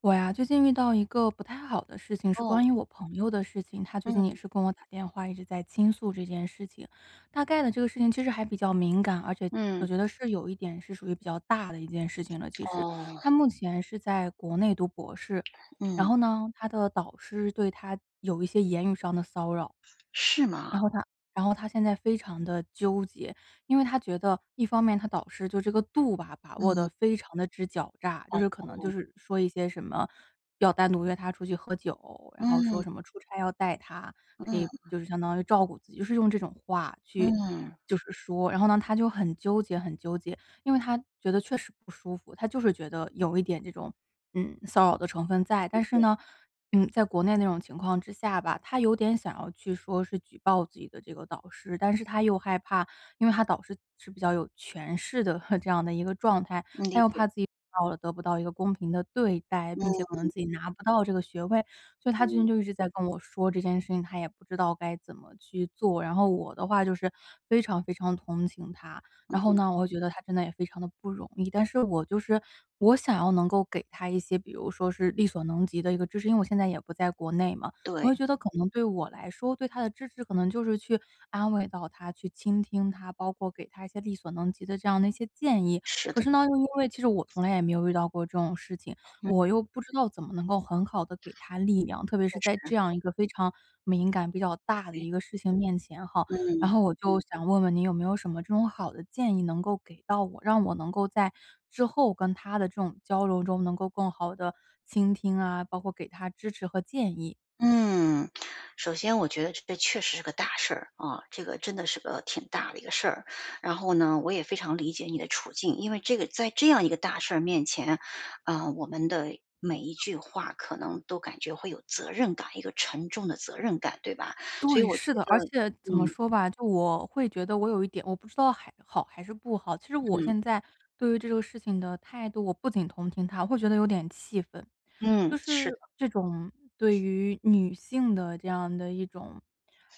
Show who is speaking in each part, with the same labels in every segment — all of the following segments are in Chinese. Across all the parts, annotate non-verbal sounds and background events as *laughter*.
Speaker 1: 我呀，最近遇到一个不太好的事情，是
Speaker 2: 哦，
Speaker 1: 关于我朋友的事情。他最
Speaker 2: 嗯
Speaker 1: 近也是跟我打电话，一直在倾诉这件事情。大概的这个事情其实还比较敏感，而且我
Speaker 2: 嗯，
Speaker 1: 觉得是有一点是属于比较大的一件事情了。其实
Speaker 2: 哦，
Speaker 1: 他目前是在国内读博士，然
Speaker 2: 嗯，
Speaker 1: 后呢，他的导师对他有一些言语上的骚扰。
Speaker 2: 是吗？
Speaker 1: 然后他然后他现在非常的纠结，因为他觉得一方面他导师就这个度吧，把握
Speaker 2: 嗯，
Speaker 1: 的非常的之狡诈，就
Speaker 2: 哦，
Speaker 1: 是可能就是说一些什么要单独约他出去喝酒，然后
Speaker 2: 嗯
Speaker 1: 说什么出差要带他，可
Speaker 2: 嗯
Speaker 1: 以就是相当于照顾自己，就是用这种话去
Speaker 2: 嗯，
Speaker 1: 就是说，然后呢，他就很纠结。因为他觉得确实不舒服，他就是觉得有一点这种，骚扰的成分在。
Speaker 2: 理
Speaker 1: 但是
Speaker 2: 解，
Speaker 1: 呢，在国内那种情况之下吧，他有点想要去说是举报自己的这个导师，但是他又害怕，因为他导师是比较有权势的 *laughs* 这样的一个状态，
Speaker 2: 嗯，
Speaker 1: 他
Speaker 2: 理
Speaker 1: 又
Speaker 2: 解，
Speaker 1: 怕自己到了得不到一个公平的对待，并且可
Speaker 2: 嗯
Speaker 1: 能自己拿不到这个学位，所以他最
Speaker 2: 嗯
Speaker 1: 近就一直在跟我说这件事情，他也不知道该怎么去做。然后我的话就是非常同情他。然后
Speaker 2: 嗯，
Speaker 1: 呢，我会觉得他真的也非常的不容易，但是我就是我想要能够给他一些，比如说是力所能及的一个支持，因为我现在也不在国内嘛，我会
Speaker 2: 对，
Speaker 1: 觉得可能对我来说，对他的支持可能就是去安慰到他，去倾听他，包括给他一些力所能及的这样的一些建议。
Speaker 2: 是
Speaker 1: 可
Speaker 2: 的，
Speaker 1: 是呢，又因为其实我从来也没有遇到过这种事情，
Speaker 2: 嗯，
Speaker 1: 我又不知道怎么能够很好的给他力量，特别
Speaker 2: 确
Speaker 1: 是在
Speaker 2: 实，
Speaker 1: 这样一个非常敏感、比较大的一个
Speaker 2: 哎
Speaker 1: 事情面前哈。然
Speaker 2: 嗯。
Speaker 1: 后我就想问问你有没有什么这种好的建议能够给到我，让我能够在之后跟他的这种交流中能够更好的倾听啊，包括给他支持和建议。
Speaker 2: 嗯，首先我觉得这确实是个大事儿啊，这个真的是个挺大的一个事儿。然后呢，我也非常理解你的处境，因为这个在这样一个大事儿面前，啊、我们的每一句话可能都感觉会有责任感，一个沉重的责任感，对吧？所以
Speaker 1: 对，
Speaker 2: 我觉
Speaker 1: 是的，而且
Speaker 2: 得，
Speaker 1: 怎么
Speaker 2: 嗯
Speaker 1: 说吧，就我会觉得我有一点我不知道还好还是不好。其实我
Speaker 2: 嗯
Speaker 1: 现在对于这个事情的态度，我不仅同情他，我会觉得有点气愤。
Speaker 2: 嗯，
Speaker 1: 就
Speaker 2: 是的，
Speaker 1: 是这种对于女性的这样的一种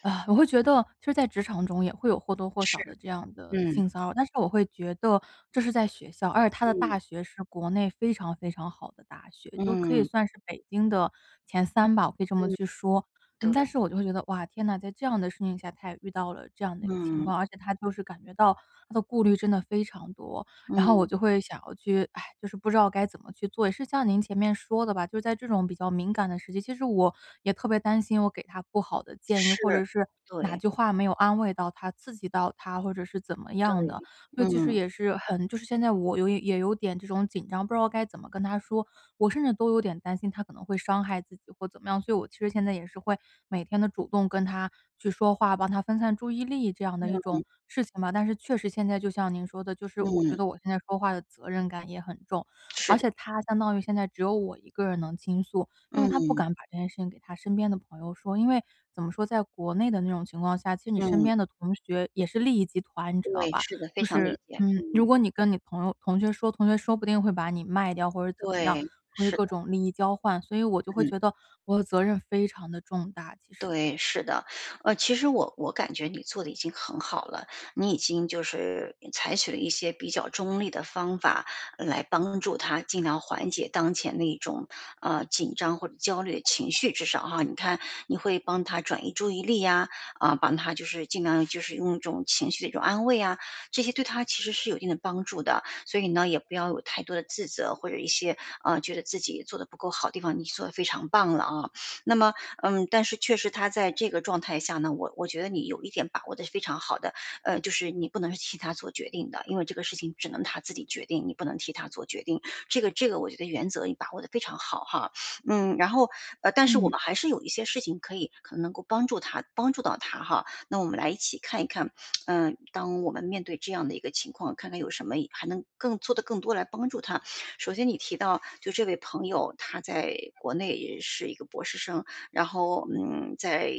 Speaker 1: 啊，我会觉得其实在职场中也会有或多或少
Speaker 2: 是，
Speaker 1: 的这样的
Speaker 2: 嗯
Speaker 1: 性骚扰，但是我会觉得这是在学校，而且他的
Speaker 2: 嗯
Speaker 1: 大学是国内非常好的大学，就可以
Speaker 2: 嗯
Speaker 1: 算是北京的前三吧，我可以这么
Speaker 2: 嗯，
Speaker 1: 去说。
Speaker 2: 对，
Speaker 1: 但是我就会觉得，哇，天呐，在这样的事情下，他也遇到了这样的一个情
Speaker 2: 嗯
Speaker 1: 况，而且他就是感觉到他的顾虑真的非常多，然后我
Speaker 2: 嗯，
Speaker 1: 就会想要去，哎，就是不知道该怎么去做。也是像您前面说的吧，就是在这种比较敏感的时期，其实我也特别担心我给他不好的建议，
Speaker 2: 是，
Speaker 1: 或者是哪
Speaker 2: 对
Speaker 1: 句话没有安慰到他、刺激到他，或者是怎么样
Speaker 2: 对，
Speaker 1: 的。所以其实
Speaker 2: 嗯
Speaker 1: 也是很就是现在我有也有点这种紧张，不知道该怎么跟他说，我甚至都有点担心他可能会伤害自己或怎么样，所以我其实现在也是会每天的主动跟他去说话，帮他分散注意力这样的一种
Speaker 2: 嗯
Speaker 1: 事情吧。但是确实现在就像您说的，就是我觉
Speaker 2: 嗯，
Speaker 1: 得我现在说话的责任感也很重，
Speaker 2: 是
Speaker 1: 而
Speaker 2: 的，
Speaker 1: 且他相当于现在只有我一个人能倾诉，因为他不
Speaker 2: 嗯。
Speaker 1: 敢把这件事情给他身边的朋友说，因为怎么说，在国内的那种情况下，其实你身
Speaker 2: 嗯，
Speaker 1: 边的同学也是利益集团，你知道
Speaker 2: 对，
Speaker 1: 吧？
Speaker 2: 是的，非
Speaker 1: 就
Speaker 2: 常
Speaker 1: 是，
Speaker 2: 理解，
Speaker 1: 如
Speaker 2: 嗯，
Speaker 1: 果你跟你朋友同学说，同学说不定会把你卖掉或者怎么样，
Speaker 2: 对，
Speaker 1: 出于
Speaker 2: 是的，
Speaker 1: 各种利益交换，所以我就会
Speaker 2: 嗯。
Speaker 1: 觉得我的责任非常的重大，其实。
Speaker 2: 对，是的。其实我感觉你做的已经很好了，你已经就是采取了一些比较中立的方法来帮助他尽量缓解当前的一种，紧张或者焦虑的情绪，至少哈，你看你会帮他转移注意力呀，啊，帮他就是尽量就是用一种情绪的一种安慰啊，这些对他其实是有一定的帮助的。所以呢，也不要有太多的自责或者一些，觉得自己做的不够好的地方，你做的非常棒了啊。那么但是确实他在这个状态下呢，我觉得你有一点把握的是非常好的，就是你不能替他做决定的，因为这个事情只能他自己决定，你不能替他做决定。这个我觉得原则你把握的非常好哈。嗯，然后但是我
Speaker 1: 嗯。
Speaker 2: 们还是有一些事情可以可能能够帮助他，帮助到他哈。那我们来一起看一看，当我们面对这样的一个情况，看看有什么还能更做的更多来帮助他。首先，你提到就这位朋友，他在国内是一个博士生，然后在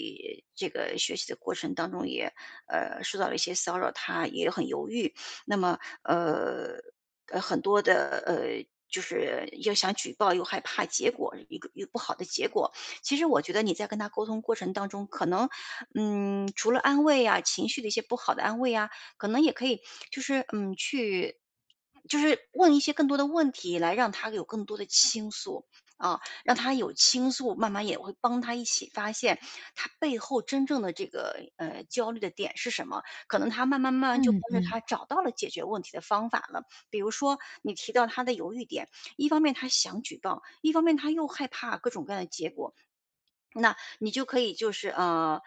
Speaker 2: 这个学习的过程当中也受到了一些骚扰，他也很犹豫。那么呃很多的。就是又想举报，又害怕结果一个不好的结果。其实我觉得你在跟他沟通过程当中，可能，除了安慰啊，情绪的一些不好的安慰啊，可能也可以，就是去，就是问一些更多的问题，来让他有更多的倾诉啊。让他有倾诉，慢慢也会帮他一起发现他背后真正的这个焦虑的点是什么。可能他慢慢慢慢就
Speaker 1: 嗯
Speaker 2: 跟着他
Speaker 1: 嗯。
Speaker 2: 找到了解决问题的方法了。比如说你提到他的犹豫点，一方面他想举报，一方面他又害怕各种各样的结果，那你就可以就是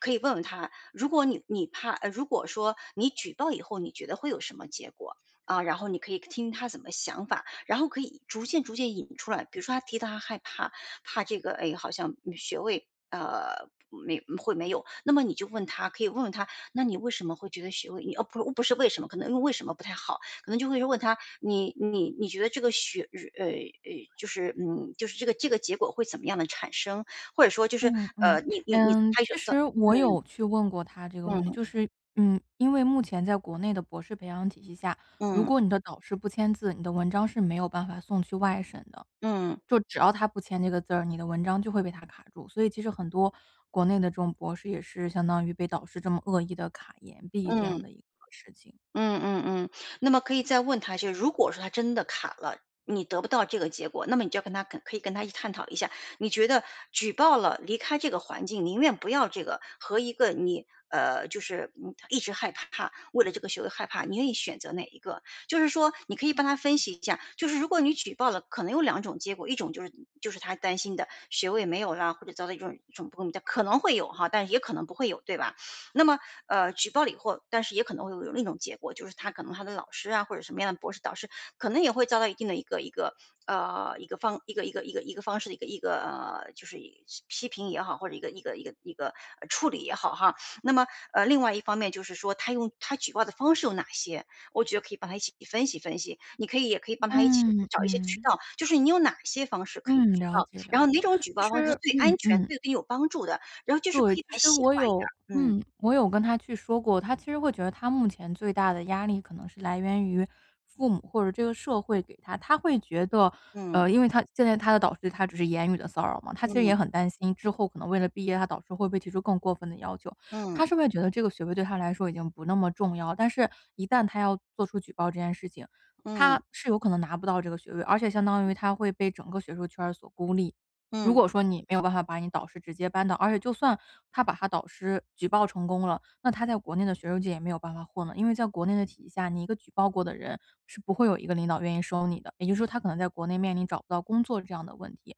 Speaker 2: 可以问问他，如果说你举报以后，你觉得会有什么结果？啊，然后你可以听他怎么想法，然后可以逐渐逐渐引出来。比如说他提到他害怕，怕这个，哎，好像学位没有，那么你就问他，可以问问他，那你为什么会觉得学位？你哦不是为什么，可能因为为什么不太好，可能就会问他，你觉得这个呃呃就是就是这个结果会怎么样的产生？或者说就是，
Speaker 1: 嗯嗯，
Speaker 2: 你
Speaker 1: 嗯。
Speaker 2: 拍什
Speaker 1: 其
Speaker 2: 么照
Speaker 1: 实我
Speaker 2: 嗯，
Speaker 1: 有去问过他这个
Speaker 2: 嗯，
Speaker 1: 问题，就是，因为目前在国内的博士培养体系下，如
Speaker 2: 嗯，
Speaker 1: 果你的导师不签字，你的文章是没有办法送去外省的。
Speaker 2: 嗯，
Speaker 1: 就只要他不签这个字儿，你的文章就会被他卡住。所以其实很多国内的这种博士也是相当于被导师这么恶意的卡言毕这样
Speaker 2: 嗯。
Speaker 1: 的一个事情。
Speaker 2: 嗯嗯嗯，那么可以再问他就如果说他真的卡了，你得不到这个结果，那么你就要跟他可以跟他一起探讨一下，你觉得举报了，离开这个环境，宁愿不要这个，和一个你就是一直害怕，为了这个学位害怕，你愿意选择哪一个？就是说，你可以帮他分析一下，就是如果你举报了，可能有两种结果，一种就是他担心的学位没有啦，或者遭到一种不公平待遇可能会有哈，但是也可能不会有，对吧？那么，举报了以后，但是也可能会有另一种结果，就是他可能他的老师啊，或者什么样的博士导师，可能也会遭到一定的一个方式的一个就是批评也好，或者一个处理也好哈。那么另外一方面就是说，他用他举报的方式有哪些？我觉得可以帮他一起分析分析，你可以也可以帮他一起
Speaker 1: 嗯，
Speaker 2: 找一些渠道，就是你有哪些方式可以
Speaker 1: 嗯，
Speaker 2: 举
Speaker 1: 了
Speaker 2: 报，
Speaker 1: 解
Speaker 2: 然
Speaker 1: 了
Speaker 2: 后哪
Speaker 1: 解。
Speaker 2: 种举
Speaker 1: 其
Speaker 2: 报方式是
Speaker 1: 实
Speaker 2: 最
Speaker 1: 嗯
Speaker 2: 安全、
Speaker 1: 嗯。
Speaker 2: 最对你有帮助的，然后就是
Speaker 1: 对，
Speaker 2: 可以
Speaker 1: 其
Speaker 2: 把它
Speaker 1: 实
Speaker 2: 细
Speaker 1: 我
Speaker 2: 化一点
Speaker 1: 有
Speaker 2: 儿，嗯。
Speaker 1: 嗯，我有跟他去说过，他其实会觉得他目前最大的压力可能是来源于父母或者这个社会给他。他会觉得，
Speaker 2: 嗯，
Speaker 1: 因为他现在他的导师他只是言语的骚扰嘛，他其实
Speaker 2: 嗯，
Speaker 1: 也很担心之后可能为了毕业，他导师会不会提出更过分的要求。
Speaker 2: 嗯，
Speaker 1: 他是会觉得这个学位对他来说已经不那么重要，但是一旦他要做出举报这件事情，
Speaker 2: 嗯，
Speaker 1: 他是有可能拿不到这个学位，而且相当于他会被整个学术圈儿所孤立。如
Speaker 2: 嗯，
Speaker 1: 果说你没有办法把你导师直接扳倒，而且就算他把他导师举报成功了，那他在国内的学术界也没有办法混了。因为在国内的体系下，你一个举报过的人是不会有一个领导愿意收你的，也就是说他可能在国内面临找不到工作这样的问题。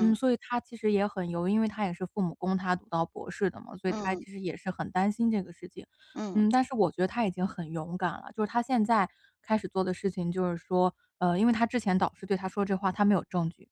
Speaker 1: 嗯，所以他其实也很犹豫，因为他也是父母供他读到博士的嘛，所以他
Speaker 2: 嗯，
Speaker 1: 其实也是很担心这个事情。
Speaker 2: 嗯，
Speaker 1: 嗯，但是我觉得他已经很勇敢了，就是他现在开始做的事情就是说，因为他之前导师对他说这话，他没有证据，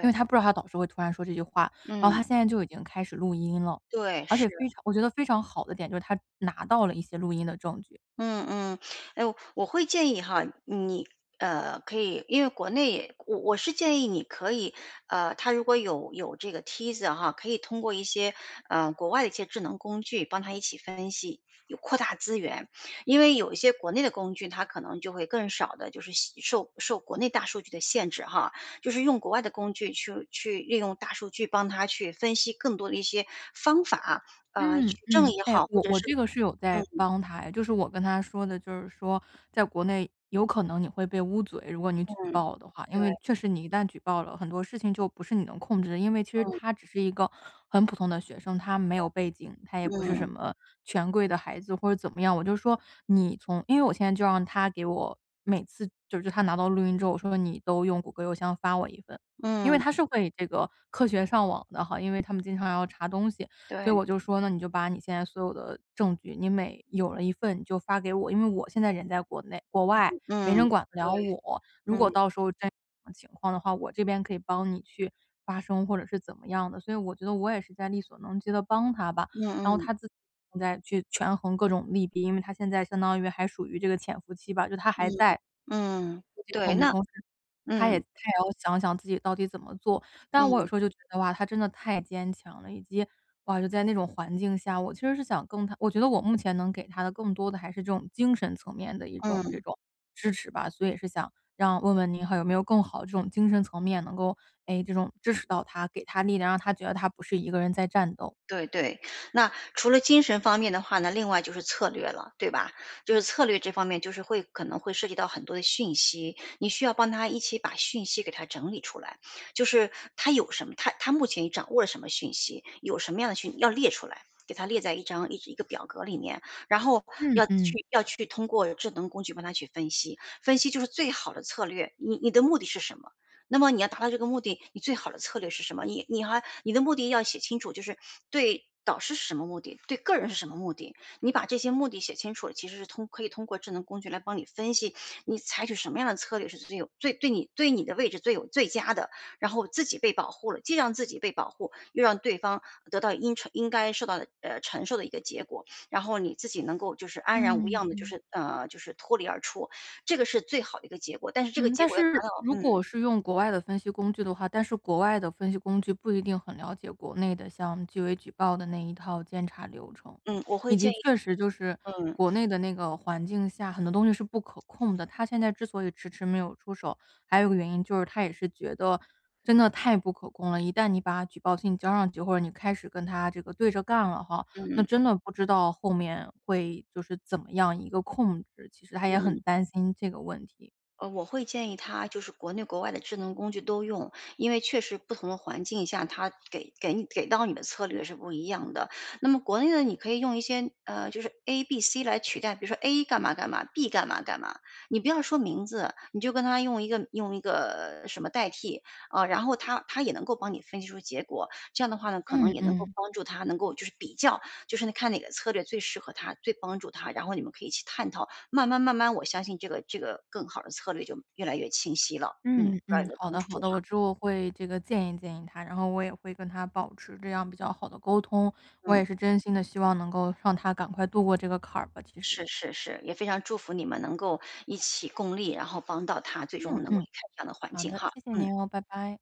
Speaker 1: 因为他不知道他导师会突然说这句话，然后
Speaker 2: 嗯，
Speaker 1: 他现在就已经开始录音了，
Speaker 2: 对，
Speaker 1: 而且
Speaker 2: 是。
Speaker 1: 非常我觉得非常好的点就是他拿到了一些录音的证据，
Speaker 2: 嗯嗯，哎，我会建议哈，你可以，因为国内也我是建议你可以，他如果有这个梯子哈，可以通过一些国外的一些智能工具帮他一起分析，有扩大资源，因为有一些国内的工具，它可能就会更少的，就是受国内大数据的限制哈，就是用国外的工具去利用大数据帮他去分析更多的一些方法，取
Speaker 1: 嗯。
Speaker 2: 证
Speaker 1: 嗯，
Speaker 2: 也
Speaker 1: 哎，
Speaker 2: 好，或
Speaker 1: 我
Speaker 2: 者
Speaker 1: 我
Speaker 2: 是
Speaker 1: 这个是有
Speaker 2: 嗯
Speaker 1: 在帮他哎，就是我跟他说的，就是说在国内有可能你会被捂嘴，如果你举
Speaker 2: 嗯，
Speaker 1: 报了的话，因
Speaker 2: 对，
Speaker 1: 为确实你一旦举报了，很多事情就不是你能控制的。因为其实
Speaker 2: 嗯。
Speaker 1: 他只是一个很普通的学生，他没有背景，他也不是什
Speaker 2: 嗯，
Speaker 1: 么权贵的孩子或者怎么样。我就说你从，因为我现在就让他给我每次就是他拿到录音之后，我说你都用谷歌邮箱发我一份，因为
Speaker 2: 嗯，
Speaker 1: 他是会这个科学上网的哈，因为他们经常要查东西。所以
Speaker 2: 对，
Speaker 1: 我就说，那你就把你现在所有的证据，你每有了一份你就发给我，因为我现在人在国内国外，没
Speaker 2: 嗯，
Speaker 1: 人管得
Speaker 2: 对。
Speaker 1: 了我。如
Speaker 2: 嗯，
Speaker 1: 果到时候真有什么情况的话，我这边可以帮你去发声或者是怎么样的。所以我觉得我也是在力所能及的帮他吧，
Speaker 2: 嗯
Speaker 1: 然后他
Speaker 2: 嗯
Speaker 1: 自己现在去权衡各种利弊，因为他现在相当于还属于这个潜伏期吧，就他还
Speaker 2: 嗯
Speaker 1: 在
Speaker 2: 嗯。
Speaker 1: 收集
Speaker 2: 对，
Speaker 1: 证据，
Speaker 2: 那
Speaker 1: 同时他也
Speaker 2: 嗯。
Speaker 1: 他也要想想自己到底怎么做。但我有
Speaker 2: 嗯，
Speaker 1: 时候就觉得哇，他真的太坚强了，以及哇，就在那种环境下，我其实是想更他我觉得我目前能给他的更多的还是这种精神层面的一种这
Speaker 2: 嗯。
Speaker 1: 种支持吧，所以也是想让问问您还有没有更好这种精神层面能够，哎，这种支持到他，给他力量，让他觉得他不是一个人在战斗。
Speaker 2: 对对，那除了精神方面的话呢，另外就是策略了，对吧？就是策略这方面，就是可能会涉及到很多的讯息，你需要帮他一起把讯息给他整理出来，就是他有什么，他目前掌握了什么讯息，有什么样的讯要列出来，给他列在一张一一个表格里面，然后
Speaker 1: 嗯
Speaker 2: 要
Speaker 1: 嗯
Speaker 2: 去要去通过智能工具帮他去分析，分析就是最好的策略。你的目的是什么？那么你要达到这个目的，你最好的策略是什么？你的目的要写清楚，就是对导师是什么目的，对个人是什么目的，你把这些目的写清楚了，其实是可以通过智能工具来帮你分析，你采取什么样的策略是最对你的位置最佳的，然后自己被保护了，既让自己被保护，又让对方得到应该受到的承受的一个结果，然后你自己能够就是安然无恙的，
Speaker 1: 嗯。
Speaker 2: 就是就是脱离而出，这个是最好的一个结果。但是这个
Speaker 1: 嗯，
Speaker 2: 结
Speaker 1: 但
Speaker 2: 果要达
Speaker 1: 是
Speaker 2: 到，
Speaker 1: 如
Speaker 2: 嗯。
Speaker 1: 果是用国外的分析工具的话，但是国外的分析工具不一定很了解国内的像纪委举报的那一套监察流程，
Speaker 2: 嗯，
Speaker 1: 以及确实就是
Speaker 2: 嗯，
Speaker 1: 国内的那个环境下，很多东西是不可控的。他现在之所以迟迟没有出手，还有一个原因就是他也是觉得真的太不可控了。一旦你把举报信交上去，或者你开始跟他这个对着干了哈，那
Speaker 2: 嗯，
Speaker 1: 真的不知道后面会就是怎么样一个控制。其实他也
Speaker 2: 嗯，
Speaker 1: 很担心这个问题。
Speaker 2: 我会建议他就是国内国外的智能工具都用，因为确实不同的环境下，它给到你的策略是不一样的。那么国内呢，你可以用一些就是 A、B、C 来取代，比如说 A 干嘛干嘛，B 干嘛干嘛，你不要说名字，你就跟他用一个用一个什么代替啊、然后他也能够帮你分析出结果。这样的话呢，可能
Speaker 1: 嗯
Speaker 2: 也能够
Speaker 1: 嗯，
Speaker 2: 帮助他能够就是比较，就是看哪个策略最适合他，最帮助他，然后你们可以一起探讨。慢慢慢慢，我相信这个更好的策略就越来越清晰了。嗯，不知
Speaker 1: 嗯
Speaker 2: 道有
Speaker 1: 嗯，
Speaker 2: 没有
Speaker 1: 好
Speaker 2: 帮
Speaker 1: 的
Speaker 2: 助
Speaker 1: 好的，我
Speaker 2: 哈？
Speaker 1: 之后会这个建议他，然后我也会跟他保持这样比较好的沟通，我
Speaker 2: 嗯，
Speaker 1: 也是真心的希望能够让他赶快度过这个坎儿吧，其实。
Speaker 2: 是是是，也非常祝福你们能够一起共力，然后帮到他最终
Speaker 1: 嗯
Speaker 2: 能够离
Speaker 1: 嗯，
Speaker 2: 开这样的环
Speaker 1: 好
Speaker 2: 境
Speaker 1: 的，
Speaker 2: 哈。
Speaker 1: 谢谢
Speaker 2: 嗯。
Speaker 1: 您哦，拜拜。